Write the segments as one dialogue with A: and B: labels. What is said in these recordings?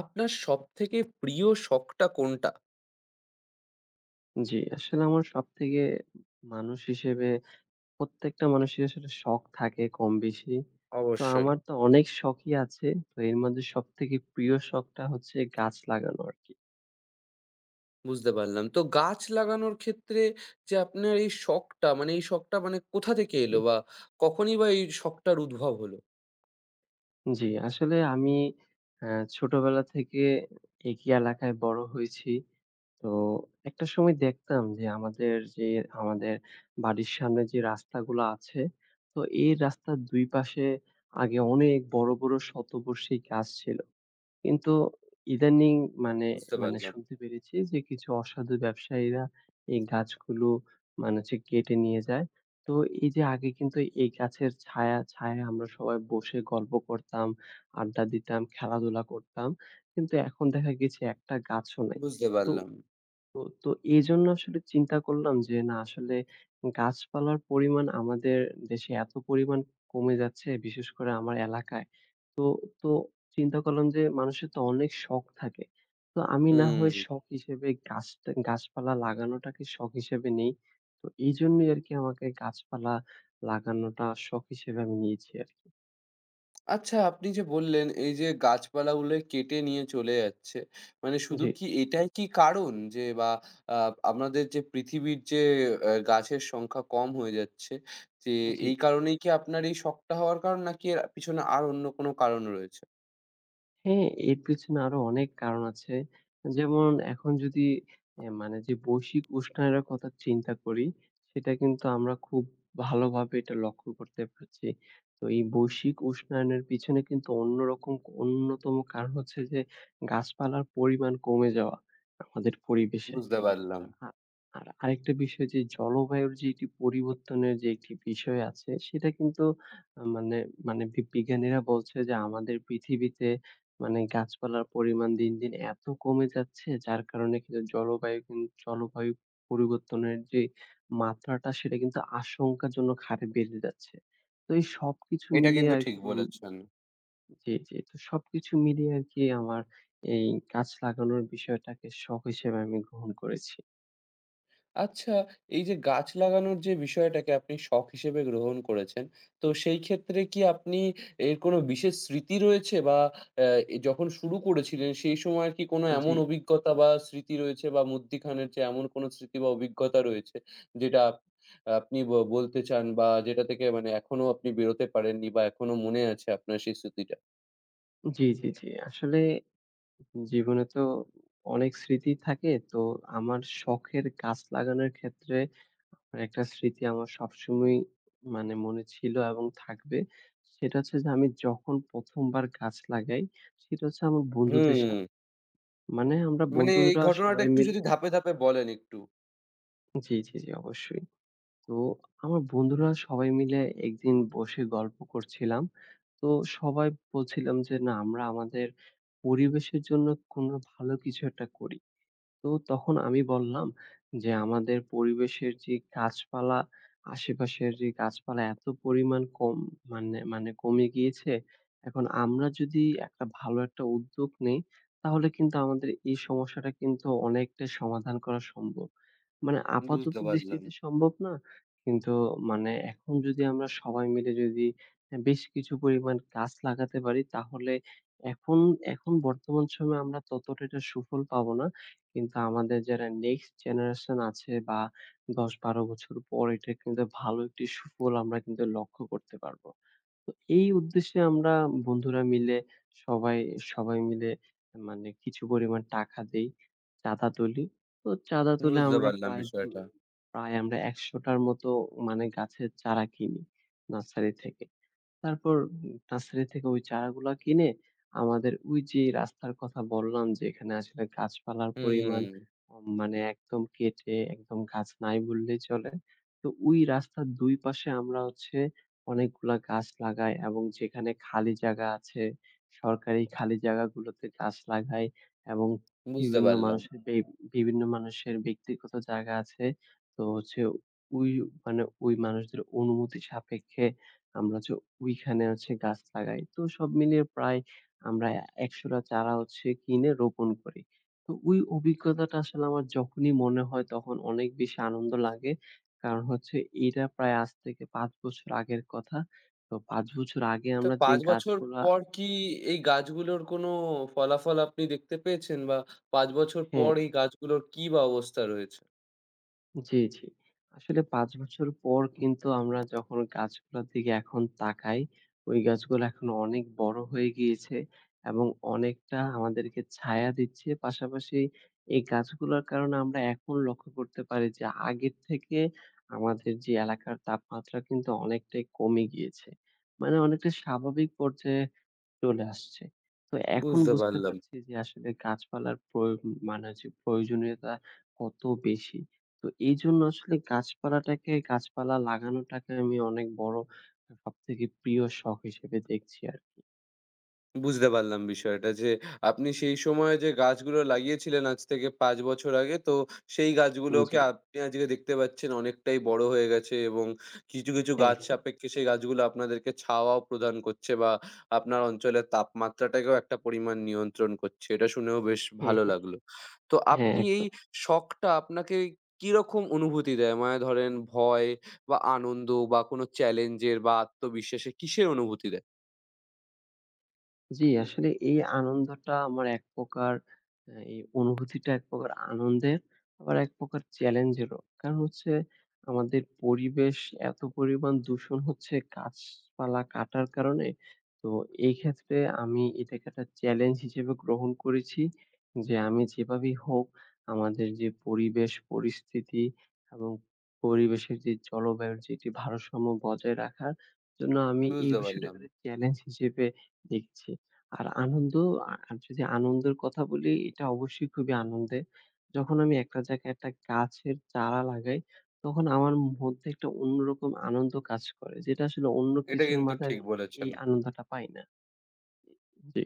A: আপনার সবথেকে প্রিয় শখটা কোনটা?
B: জি, আসলে আমার সবথেকে মানুষ হিসেবে প্রত্যেকটা মানুষের আসলে শখ থাকে কম বেশি। তো
A: অবশ্যই।
B: আমার তো অনেক শখই আছে। তো এর মধ্যে সবথেকে প্রিয় শখটা হচ্ছে গাছ লাগানো আরকি।
A: বুঝতে পারলাম। তো গাছ লাগানোর ক্ষেত্রে যে আপনার এই শখটা মানে এই শখটা মানে কোথা থেকে
B: জি,
A: এলো বা কখনই বা এই শখটার উদ্ভব হলো?
B: জি, আসলে আমি আ ছোটবেলা থেকে একই এলাকায় বড় হয়েছি। তো একটা সময় দেখতাম যে আমাদের বাড়ির সামনে যে রাস্তাগুলো আছে, তো এই রাস্তার ২ পাশে আগে অনেক বড়, বড় শতবর্ষী গাছ ছিল। কিন্তু ইদানিং মানে
A: বুঝতে
B: মানে
A: পারলাম।
B: শুনতে পেরেছি যে কিছু অসাধু ব্যবসায়ীরা এই গাছগুলো মানে হচ্ছে কেটে নিয়ে যায়। তো এই যে আগে কিন্তু এই গাছের ছায়া ছায়ায় আমরা সবাই বসে গল্প করতাম, আড্ডা দিতাম, খেলাধুলা করতাম। কিন্তু এখন দেখা গেছে একটা গাছও নাই।
A: বুঝতে
B: তো
A: পারলাম।
B: তো তো এজন্য আসলে চিন্তা করলাম যে না আসলে গাছপালার পরিমাণ আমাদের দেশে এত পরিমাণ কমে যাচ্ছে, বিশেষ করে আমার এলাকায়। তো চিন্তা করলাম যে মানুষের তো অনেক শখ থাকে। তো আমি না হয়
A: হুম।
B: শখ হিসেবে গাছপালা লাগানোটাকে শখ হিসেবে নেই। তো এইজন্যই আরকি আমাকে গাছপালা লাগানোটা শখ হিসেবে আমি নিয়েছি আরকি।
A: আচ্ছা আপনি যে বললেন, এই যে গাছপালাগুলো কেটে নিয়ে চলে যাচ্ছে, মানে শুধু
B: জি,
A: কি এটাই কি কারণ? যে বা আ আমাদের যে পৃথিবীর যে গাছের সংখ্যা কম হয়ে যাচ্ছে, যে
B: জি।
A: এই কারণেই কি আপনার এই শখটা হওয়ার কারণ? নাকি এর পিছনে আর অন্য কোনো কারণ রয়েছে?
B: হ্যাঁ, এর পেছনে আরো অনেক কারণ আছে। যেমন এখন যদি এ মানে যে বৈশ্বিক উষ্ণায়নের কথা চিন্তা করি, সেটা কিন্তু আমরা খুব ভালোভাবে এটা লক্ষ্য করতে পারছি। তো এই বৈশ্বিক উষ্ণায়নের পিছনে কিন্তু অন্যতম কারণ হচ্ছে যে গাছপালার পরিমাণ কমে যাওয়া আমাদের পরিবেশে।
A: বুঝতে পারলাম।
B: আ আর আরেকটা বিষয় যে জলবায়ুর যে একটি পরিবর্তনের যে একটি বিষয় আছে, সেটা কিন্তু মানে মানে বি বিজ্ঞানীরা বলছে যে আমাদের পৃথিবীতে মানে গাছপালার পরিমাণ দিন, দিন এত কমে যাচ্ছে, যার কারণে কিন্তু জলবায়ু পরিবর্তনের যে মাত্রাটা সেটা কিন্তু আশঙ্কাজনক হারে বেড়ে যাচ্ছে। তো এই সবকিছু
A: এটা
B: মিলিয়ে
A: কিন্তু ঠিক
B: আরকি.
A: বলেছেন।
B: জি, জি। তো সবকিছু মিলিয়ে আরকি আমার এই গাছ লাগানোর বিষয়টাকে শখ হিসেবে আমি গ্রহণ করেছি।
A: আচ্ছা, এই যে গাছ লাগানোর যে বিষয়টাকে আপনি শখ হিসেবে গ্রহণ করেছেন, তো সেই ক্ষেত্রে কি আপনি এর কোনো বিশেষ স্মৃতি রয়েছে? বা অ্যা এ যখন শুরু করেছিলেন সেই সময়ের কি কোনো এমন
B: জি।
A: অভিজ্ঞতা বা স্মৃতি রয়েছে বা মধ্যিখানের যে এমন কোনো স্মৃতি বা অভিজ্ঞতা রয়েছে যেটা আপনি বলতে চান বা যেটা থেকে মানে এখনো আপনি বেরোতে পারেননি বা এখনো মনে আছে আপনার সেই স্মৃতিটা?
B: জি, জি, জি। আসলে জীবনে তো অনেক স্মৃতি থাকে। তো আমার শখের গাছ লাগানোর ক্ষেত্রে আমার একটা স্মৃতি আমার সবসময়ই মানে মনে ছিল এবং থাকবে। সেটা হচ্ছে যে আমি যখন ১ম বার গাছ লাগাই সেটা হচ্ছে আমার বন্ধুদের
A: হুম,
B: সাথে। মানে আমরা
A: মানে এই
B: বন্ধুরা
A: ঘটনাটা
B: সবাই
A: একটু
B: মিলে।
A: যদি ধাপে, ধাপে বলেন একটু।
B: জি, জি, জি, অবশ্যই। তো আমার বন্ধুরা সবাই মিলে একদিন বসে গল্প করছিলাম। তো সবাই বলছিলাম যে, "না আমরা আমাদের পরিবেশের জন্য কোনো ভালো কিছু একটা করি।" তো তখন আমি বললাম যে, "আমাদের পরিবেশের যে গাছপালা, আশেপাশের যে গাছপালা এত পরিমাণ কম মানে মানে কমে গিয়েছে। এখন আমরা যদি একটা ভালো একটা উদ্যোগ নেই, তাহলে কিন্তু আমাদের এই সমস্যাটা কিন্তু অনেকটাই সমাধান করা সম্ভব। মানে আপাতত
A: বুঝতে পারলাম,
B: দৃষ্টিতে সম্ভব না। কিন্তু মানে এখন যদি আমরা সবাই মিলে যদি বেশ কিছু পরিমাণ গাছ লাগাতে পারি, তাহলে এখন এখন বর্তমান সময়ে আমরা ততটা এটার সুফল পাবো না। কিন্তু আমাদের যারা নেক্সট জেনারেশন আছে বা ১০-১২ বছর পর এটা কিন্তু ভালো একটি সুফল আমরা কিন্তু লক্ষ্য করতে পারবো। তো এই উদ্দেশ্যে আমরা বন্ধুরা মিলে সবাই, সবাই মিলে মানে কিছু পরিমাণ টাকা দেই, চাঁদা তুলি। তো চাঁদা তুলে
A: বুঝতে
B: আমরা
A: পারলাম বিষয়টা।
B: প্রায় আমরা ১০০ টার মতো মানে গাছের চারা কিনি নার্সারি থেকে। তারপর নার্সারি থেকে ওই চারাগুলা কিনে আমাদের ওই যে রাস্তার কথা বললাম যে এখানে আসলে গাছপালার পরিমাণ
A: হুম।
B: মানে একদম কেটে একদম গাছ নাই বললেই চলে। তো ওই রাস্তার ২ পাশে আমরা হচ্ছে অনেকগুলা গাছ লাগাই এবং যেখানে খালি জায়গা আছে সরকারি খালি জায়গাগুলোতে গাছ লাগাই এবং
A: বুঝতে
B: বিভিন্ন
A: পারলাম।
B: মানুষের বে বিভিন্ন মানুষের ব্যক্তিগত জায়গা আছে। তো হচ্ছে ওই ওই মানুষদের অনুমতি সাপেক্ষে আমরা যে ওইখানে হচ্ছে গাছ লাগাই। তো সব মিলিয়ে প্রায় আমরা ১০০ টা চারা হচ্ছে কিনে রোপণ করি। তো ওই অভিজ্ঞতাটা আসলে আমার যখনই মনে হয় তখন অনেক বেশি আনন্দ লাগে। কারণ হচ্ছে এটা প্রায় আজ থেকে ৫ বছর আগের কথা। তো ৫ বছর আগে
A: তো
B: আমরা যে
A: ৫ বছর
B: গাছগুলা।
A: পর কি এই গাছগুলোর কোনো ফলাফল আপনি দেখতে পেয়েছেন? বা ৫ বছর
B: হ্যাঁ।
A: পর এই গাছগুলোর কি বা অবস্থা রয়েছে?
B: জি, জি। আসলে ৫ বছর পর কিন্তু আমরা যখন গাছগুলোর দিকে এখন তাকাই, ওই গাছগুলো এখন অনেক বড় হয়ে গিয়েছে এবং অনেকটা আমাদেরকে ছায়া দিচ্ছে। পাশাপাশি এই গাছগুলোর কারণে আমরা এখন লক্ষ্য করতে পারি যে আগের থেকে আমাদের যে এলাকার তাপমাত্রা কিন্তু অনেকটাই কমে গিয়েছে। মানে অনেকটা স্বাভাবিক পর্যায়ে চলে আসছে। তো এখন
A: বুঝতে
B: বুঝতে
A: পারলাম।
B: পারছি যে আসলে গাছপালার প্রয়োগ মানে হচ্ছে প্রয়োজনীয়তা কত বেশি। তো এইজন্য আসলে গাছপালা লাগানোটাকে আমি অনেক বড়, সবথেকে প্রিয় শখ হিসেবে দেখছি আরকি।
A: বুঝতে পারলাম বিষয়টা যে আপনি সেই সময়ে যে গাছগুলো লাগিয়েছিলেন আজ থেকে ৫ বছর আগে, তো সেই গাছগুলোকে
B: জি।
A: আপনি আজকে দেখতে পাচ্ছেন অনেকটাই বড় হয়ে গেছে এবং কিছু, কিছু
B: হ্যাঁ,
A: গাছ
B: হ্যাঁ,
A: সাপেক্ষে সেই গাছগুলো আপনাদেরকে ছাওয়াও প্রদান করছে বা আপনার অঞ্চলের তাপমাত্রাটাকেও একটা পরিমাণ নিয়ন্ত্রণ করছে। এটা শুনেও বেশ
B: হ্যাঁ,
A: ভালো
B: হ্যাঁ,
A: লাগলো। তো
B: হ্যাঁ
A: আপনি এই
B: একদম।
A: শখটা আপনাকে কিরকম অনুভূতি দেয়? মানে ধরেন ভয় বা আনন্দ বা কোনো চ্যালেঞ্জের বা আত্মবিশ্বাসের কিসের অনুভূতি দেয়?
B: জি, আসলে এই আনন্দটা আমার এক প্রকার। এই অনুভূতিটা এক প্রকার আনন্দের, আবার এক প্রকার চ্যালেঞ্জেরও। কারণ হচ্ছে আমাদের পরিবেশ এত পরিমাণ দূষণ হচ্ছে গাছপালা কাটার কারণে। তো এই ক্ষেত্রে আমি এটাকে একটা চ্যালেঞ্জ হিসেবে গ্রহণ করেছি যে আমি যেভাবেই হোক আমাদের যে পরিবেশ পরিস্থিতি এবং পরিবেশের যে জলবায়ুর যে একটি ভারসাম্য বজায় রাখার জন্য আমি এই
A: বুঝতে পারলাম।
B: বিষয়টাকে একটা চ্যালেঞ্জ হিসেবে দেখছি। আর আনন্দ আর যদি আনন্দের কথা বলি, এটা অবশ্যই খুবই আনন্দের। যখন আমি একটা জায়গায় একটা গাছের চারা লাগাই, তখন আমার মধ্যে একটা অন্যরকম আনন্দ কাজ করে। যেটা আসলে অন্য
A: এটা
B: কিছুর
A: কিন্তু
B: মাঝে
A: ঠিক
B: আমি
A: বলেছেন।
B: এই আনন্দটা পাই না। জি।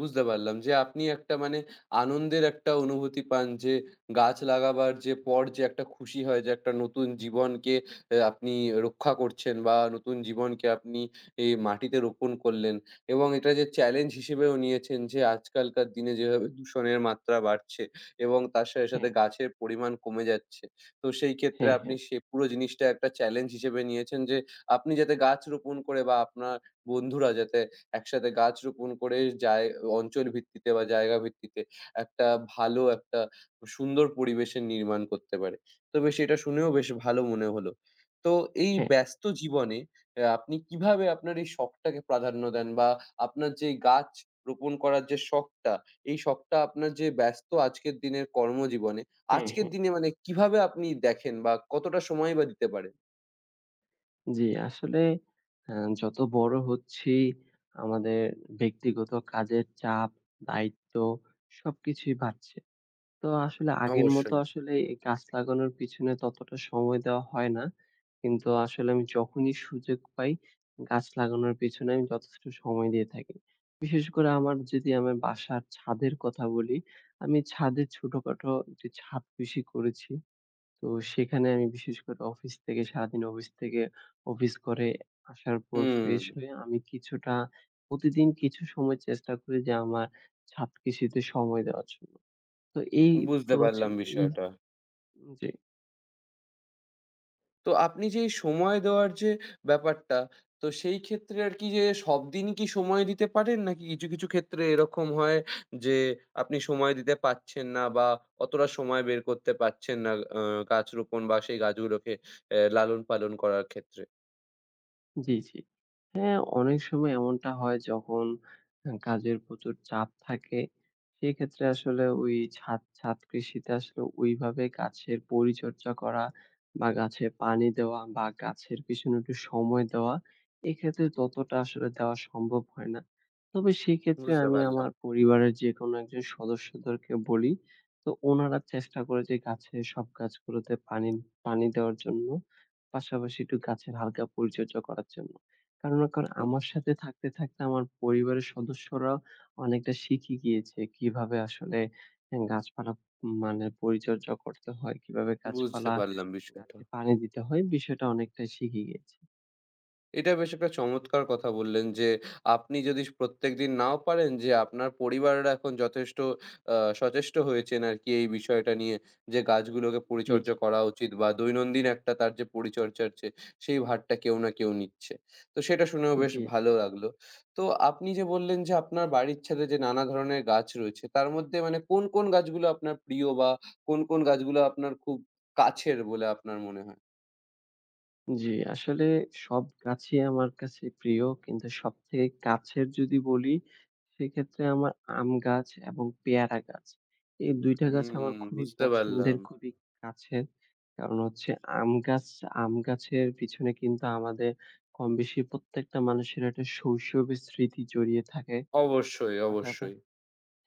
A: বুঝতে পারলাম যে আপনি একটা মানে আনন্দের একটা অনুভূতি পান যে গাছ লাগাবার যে পর যে একটা খুশি হয় যে একটা নতুন জীবনকে আপনি রক্ষা করছেন বা নতুন জীবনকে আপনি এই মাটিতে রোপণ করলেন এবং এটা যে চ্যালেঞ্জ হিসেবেও নিয়েছেন যে আজকালকার দিনে যেভাবে দূষণের মাত্রা বাড়ছে এবং তার সাথে, সাথে
B: হ্যাঁ,
A: গাছের পরিমাণ কমে যাচ্ছে। তো সেই ক্ষেত্রে
B: হ্যাঁ,
A: আপনি
B: হ্যাঁ,
A: সে পুরো জিনিসটা একটা চ্যালেঞ্জ হিসেবে নিয়েছেন যে আপনি যাতে গাছ রোপণ করে বা আপনার বন্ধুরা যাতে একসাথে গাছ রোপণ করে জায় অঞ্চল ভিত্তিতে বা জায়গা ভিত্তিতে একটা ভালো একটা সুন্দর পরিবেশের নির্মাণ করতে পারে। তো বেশ এটা শুনেও বেশ ভালো মনে হলো। তো এই
B: হ্যাঁ,
A: ব্যস্ত জীবনে আপনি কিভাবে আপনার এই শখটাকে প্রাধান্য দেন? বা আপনার যে গাছ রোপণ করার যে শখটা, এই শখটা আপনার যে ব্যস্ত আজকের দিনের কর্মজীবনে,
B: হ্যাঁ,
A: আজকের
B: হ্যাঁ।
A: দিনে মানে কিভাবে আপনি দেখেন বা কতটা সময়ই বা দিতে পারেন?
B: জি, আসলে আ যত বড় হচ্ছি আমাদের ব্যক্তিগত কাজের চাপ, দায়িত্ব সবকিছুই বাড়ছে। তো আসলে আগের মতো
A: অবশ্যই।
B: আসলে এই গাছ লাগানোর পিছনে ততটা সময় দেওয়া হয় না। কিন্তু আসলে আমি যখনই সুযোগ পাই, গাছ লাগানোর পেছনে আমি যথেষ্ট সময় দিয়ে থাকি। বিশেষ করে আমার যদি আমার বাসার ছাদের কথা বলি, আমি ছাদে ছোটখাটো একটি ছাদ কৃষি করেছি। তো সেখানে আমি বিশেষ করে অফিস থেকে অফিস করে আসার পর
A: হুম,
B: ফ্রেশ হয়ে আমি কিছুটা প্রতিদিন কিছু সময় চেষ্টা করি যে আমার ছাদ কৃষিতে সময় দেওয়ার জন্য। তো এই
A: বুঝতে
B: তো হচ্ছে
A: পারলাম
B: এই
A: বিষয়টা।
B: যে
A: তো আপনি যে এই সময় দেওয়ার যে ব্যাপারটা, তো সেই ক্ষেত্রে আর কি যে সবদিনই কি সময় দিতে পারেন? নাকি কিছু, কিছু ক্ষেত্রে এরকম হয় যে আপনি সময় দিতে পারছেন না বা অতটা সময় বের করতে পারছেন না আ গাছ রোপণ বা সেই গাছগুলোকে লালন-পালন করার ক্ষেত্রে?
B: জি, জি। হ্যাঁ, অনেক সময় এমনটা হয় যখন কাজের প্রচুর চাপ থাকে, সেক্ষেত্রে আসলে ওই ছাদ ছাদ কৃষিতে আসলে ওইভাবে গাছের পরিচর্যা করা বা গাছে পানি দেওয়া বা গাছের পিছনে একটু সময় দেওয়া, এক্ষেত্রে ততটা আসলে দেওয়া সম্ভব হয় না। তবে সেক্ষেত্রে
A: বুঝতে
B: আমি
A: পারলাম।
B: আমার পরিবারের যেকোনো একজন সদস্যদেরকে বলি, তো ওনারা চেষ্টা করে যে গাছে সব গাছগুলোতে পানি পানি দেওয়ার জন্য। পাশাপাশি একটু গাছের হালকা পরিচর্যা করার জন্য। কারণ
A: হুম,
B: আমার সাথে থাকতে, থাকতে আমার পরিবারের সদস্যরা অনেকটা শিখে গিয়েছে কিভাবে আসলে গাছপালা মানে পরিচর্যা করতে হয়, কিভাবে
A: বুঝতে
B: গাছপালা
A: পারলাম বিষয়টা।
B: গাছে পানি দিতে হয় বিষয়টা অনেকটাই শিখে গিয়েছি।
A: এটা বেশ একটা চমৎকার কথা বললেন যে, আপনি যদি প্রত্যেকদিন নাও পারেন যে আপনার পরিবাররা এখন যথেষ্ট সচেষ্ট হয়েছেন আরকি এই বিষয়টা নিয়ে। যে গাছগুলোকে
B: জি,
A: পরিচর্যা
B: জি।
A: করা উচিত বা দৈনন্দিন একটা তার যে পরিচর্যার যে সেই ভারটা কেউ না কেউ নিচ্ছে। তো সেটা শুনেও বেশ
B: জি।
A: ভালো লাগলো। তো আপনি যে বললেন যে আপনার বাড়ির ছাদে যে নানা ধরনের গাছ রয়েছে তার মধ্যে মানে কোন, কোন গাছগুলো আপনার প্রিয় বা কোন, কোন গাছগুলো আপনার খুব কাছের বলে আপনার মনে হয়?
B: জি, আসলে সব গাছই আমার কাছে প্রিয়। কিন্তু সবথেকে কাছের যদি বলি, সেক্ষেত্রে আমার আম গাছ এবং পেয়ারা গাছ। এই ২ টা গাছ আমার
A: হুম,
B: খুবই
A: বুঝতে
B: পছন্দের,
A: পারলাম।
B: খুবই কাছের। কারণ হচ্ছে আম গাছ আম গাছের পিছনে কিন্তু আমাদের কমবেশি প্রত্যেকটা মানুষের একটা শৈশবের স্মৃতি জড়িয়ে থাকে।
A: অবশ্যই,
B: পাশাপা
A: অবশ্যই।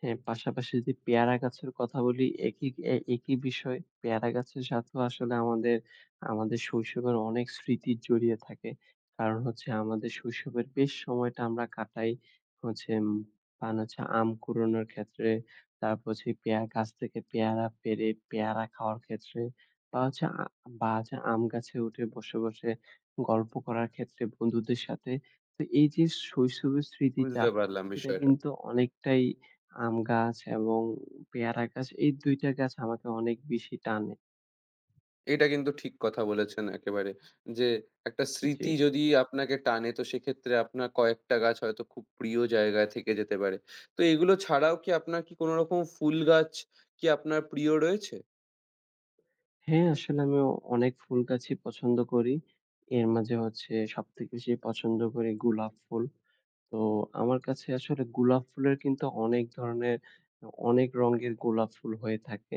B: হ্যাঁ, পাশাপাশি যদি পেয়ারা গাছের কথা বলি একই বিষয়। পেয়ারা গাছের সাথেও আসলে আমাদের শৈশবের অনেক স্মৃতি জড়িয়ে থাকে। কারণ হচ্ছে আমাদের শৈশবের বেশ সময়টা আমরা কাটাই হচ্ছে উম পান হচ্ছে আম কুড়োনোর ক্ষেত্রে, তারপর হচ্ছে পেয়ারা গাছ থেকে পেয়ারা পেড়ে পেয়ারা খাওয়ার ক্ষেত্রে বা হচ্ছে আ বা হচ্ছে আম গাছে উঠে বসে, বসে গল্প করার ক্ষেত্রে বন্ধুদের সাথে। তো এই যে শৈশবের স্মৃতিটা
A: বুঝতে পারলাম
B: সেটা
A: বিষয়টা।
B: কিন্তু অনেকটাই আম গাছ এবং পেয়ারা গাছ এই ২ টা গাছ আমাকে অনেক বেশি টানে।
A: এটা কিন্তু ঠিক কথা বলেছেন একেবারে। যে একটা
B: জি।
A: স্মৃতি যদি আপনাকে টানে তো সেক্ষেত্রে আপনার কয়েকটা গাছ হয়তো খুব প্রিয় জায়গায় থেকে যেতে পারে। তো এগুলো ছাড়াও কি আপনার কি কোন রকম ফুল গাছ কি আপনার প্রিয় রয়েছে?
B: হ্যাঁ, আসলে আমি অনেক ফুল গাছই পছন্দ করি। এর মাঝে হচ্ছে সবথেকে বেশি পছন্দ করি গোলাপ ফুল। তো আমার কাছে আসলে গোলাপ ফুলের কিন্তু অনেক ধরনের অনেক রঙের গোলাপ ফুল হয়ে থাকে।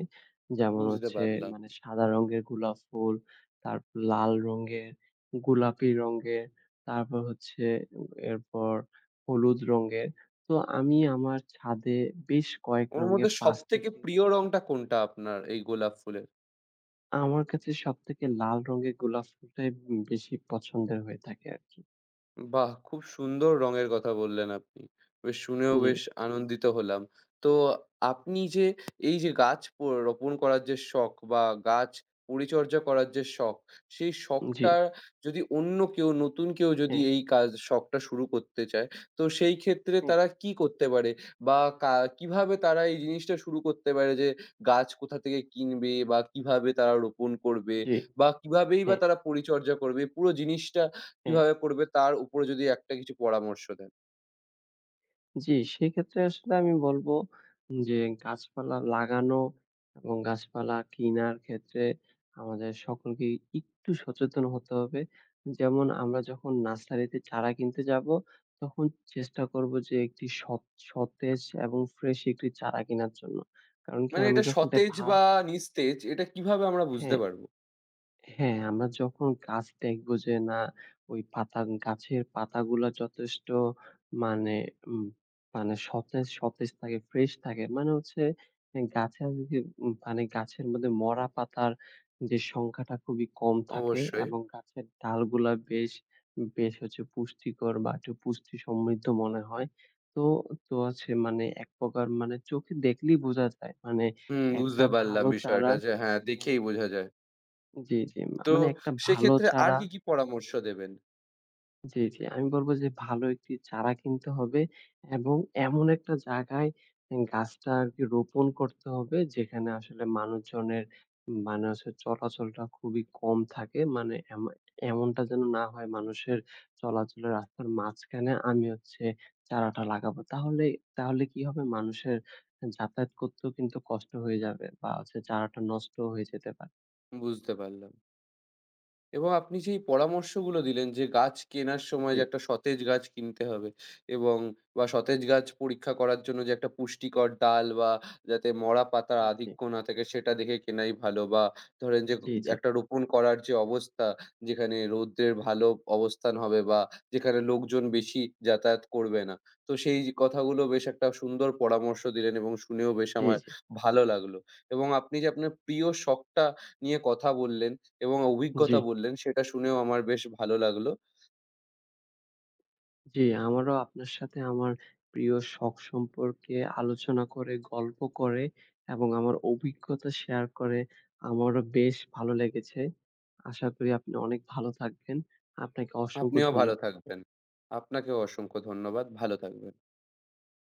B: যেমন
A: বুঝতে
B: হচ্ছে
A: পারলাম।
B: মানে সাদা রঙের গোলাপ ফুল, তারপর লাল রঙের, গোলাপি রঙের, তারপর হচ্ছে এরপর হলুদ রঙের। তো আমি আমার ছাদে বেশ কয়েক
A: ওর মধ্যে
B: রঙের ৫
A: সবথেকে
B: থেকে।
A: প্রিয় রংটা কোনটা আপনার এই গোলাপ ফুলের?
B: আমার কাছে সবথেকে লাল রঙের গোলাপ ফুলটাই বেশি পছন্দের হয়ে থাকে আরকি।
A: বাহ! খুব সুন্দর রঙের কথা বললেন আপনি। বেশ শুনেও
B: জি,
A: বেশ আনন্দিত হলাম। তো আপনি যে এই যে গাছ প রোপণ করার যে শখ বা গাছ পরিচর্যা করার যে শখ, সেই
B: জি,
A: শখটা যদি অন্য কেউ নতুন কেউ যদি
B: হ্যাঁ,
A: এই শখটা শুরু করতে চায়, তো সেই ক্ষেত্রে
B: হ্যাঁ,
A: তারা কি করতে পারে? বা কিভাবে তারা এই জিনিসটা শুরু করতে পারে যে গাছ কোথা থেকে কিনবে বা কিভাবে তারা রোপণ করবে
B: জি,
A: বা কিভাবেই বা
B: হ্যাঁ,
A: তারা পরিচর্যা করবে? পুরো জিনিসটা
B: হ্যাঁ।
A: কিভাবে পড়বে তার উপরে যদি একটা কিছু পরামর্শ দেন।
B: জি, সেক্ষেত্রে আসলে আমি বলব যে গাছপালা লাগানো এবং গাছপালা কিনার ক্ষেত্রে আমাদের সকলকেই একটু সচেতন হতে হবে। যেমন আমরা যখন নার্সারিতে চারা কিনতে যাব, তখন চেষ্টা করব যে একটি সৎ, সতেজ এবং ফ্রেশ একটি চারা কেনার জন্য। কারণ কি
A: মানে
B: আমি
A: এটা
B: যখন এটা
A: সতেজ
B: ভা
A: বা নিস্তেজ এটা কিভাবে আমরা বুঝতে
B: হ্যাঁ।
A: পারবো?
B: হ্যাঁ, আমরা যখন গাছ দেখবো যে না ওই পাতা গাছের পাতাগুলা যথেষ্ট মানে উম মানে সতেজ সতেজ থাকে, ফ্রেশ থাকে। মানে হচ্ছে গাছের যদি মানে গাছের মধ্যে মরা পাতার যে সংখ্যাটা খুবই কম থাকে
A: অবশ্যই।
B: এবং গাছের ডালগুলা বেশ বেশ হচ্ছে পুষ্টিকর বা একটু পুষ্টি সমৃদ্ধ মনে হয়। তো তো আছে মানে এক প্রকার মানে চোখে দেখলেই বোঝা যায়। মানে
A: হুম,
B: একটা
A: বুঝতে পারলাম
B: ভালো চারা।
A: বিষয়টা যে হ্যাঁ,
B: এ
A: দেখেই বোঝা যায়।
B: জি, জি।
A: তো
B: মানে একটা ভালো
A: সেক্ষেত্রে আর
B: চারা।
A: কি, কি পরামর্শ দেবেন?
B: জি, জি। আমি বলব যে ভালো একটি চারা কিনতে হবে এবং এমন একটা জায়গায় গাছটা আরকি রোপণ করতে হবে যেখানে আসলে মানুষজনের মানে হচ্ছে চলাচলটা খুবই কম থাকে। মানে এমনটা যেন না হয় মানুষের চলাচলের রাস্তার মাঝখানে আমি হচ্ছে চারাটা লাগাবো। তাহলে তাহলে কি হবে মানুষের যাতায়াত করতেও কিন্তু কষ্ট হয়ে যাবে বা হচ্ছে চারাটা নষ্টও হয়ে যেতে পারে।
A: বুঝতে পারলাম। এবং আপনি যেই পরামর্শগুলো দিলেন যে গাছ কেনার সময়
B: জি,
A: যে একটা সতেজ গাছ কিনতে হবে এবং বা সতেজ গাছ পরীক্ষা করার জন্য যে একটা পুষ্টিকর ডাল বা যাতে মরা পাতার
B: জি, জি।
A: আধিক্য না থাকে সেটা দেখে কেনাই ভালো বা ধরেন যে
B: জি, জি।
A: একটা রোপণ করার যে অবস্থা যেখানে রৌদ্রের ভালো অবস্থান হবে বা যেখানে লোকজন বেশি যাতায়াত করবে না, তো সেই কথাগুলো বেশ একটা সুন্দর পরামর্শ দিলেন এবং শুনেও বেশ
B: জি,
A: আমার
B: জি,
A: ভালো লাগলো এবং আপনি যে আপনার প্রিয় শখটা নিয়ে কথা বললেন এবং
B: জি,
A: অভিজ্ঞতা বললেন সেটা শুনেও আমার বেশ ভালো লাগলো।
B: জি, আমারও আপনার সাথে আমার প্রিয় শখ সম্পর্কে আলোচনা করে, গল্প করে এবং আমার অভিজ্ঞতা শেয়ার করে আমারও বেশ ভালো লেগেছে। আশা করি আপনি অনেক ভালো থাকবেন। আপনাকে অসংখ্য
A: আপনিও
B: ধন্য
A: ভালো থাকবেন। আপনাকেও অসংখ্য ধন্যবাদ। ভালো থাকবেন।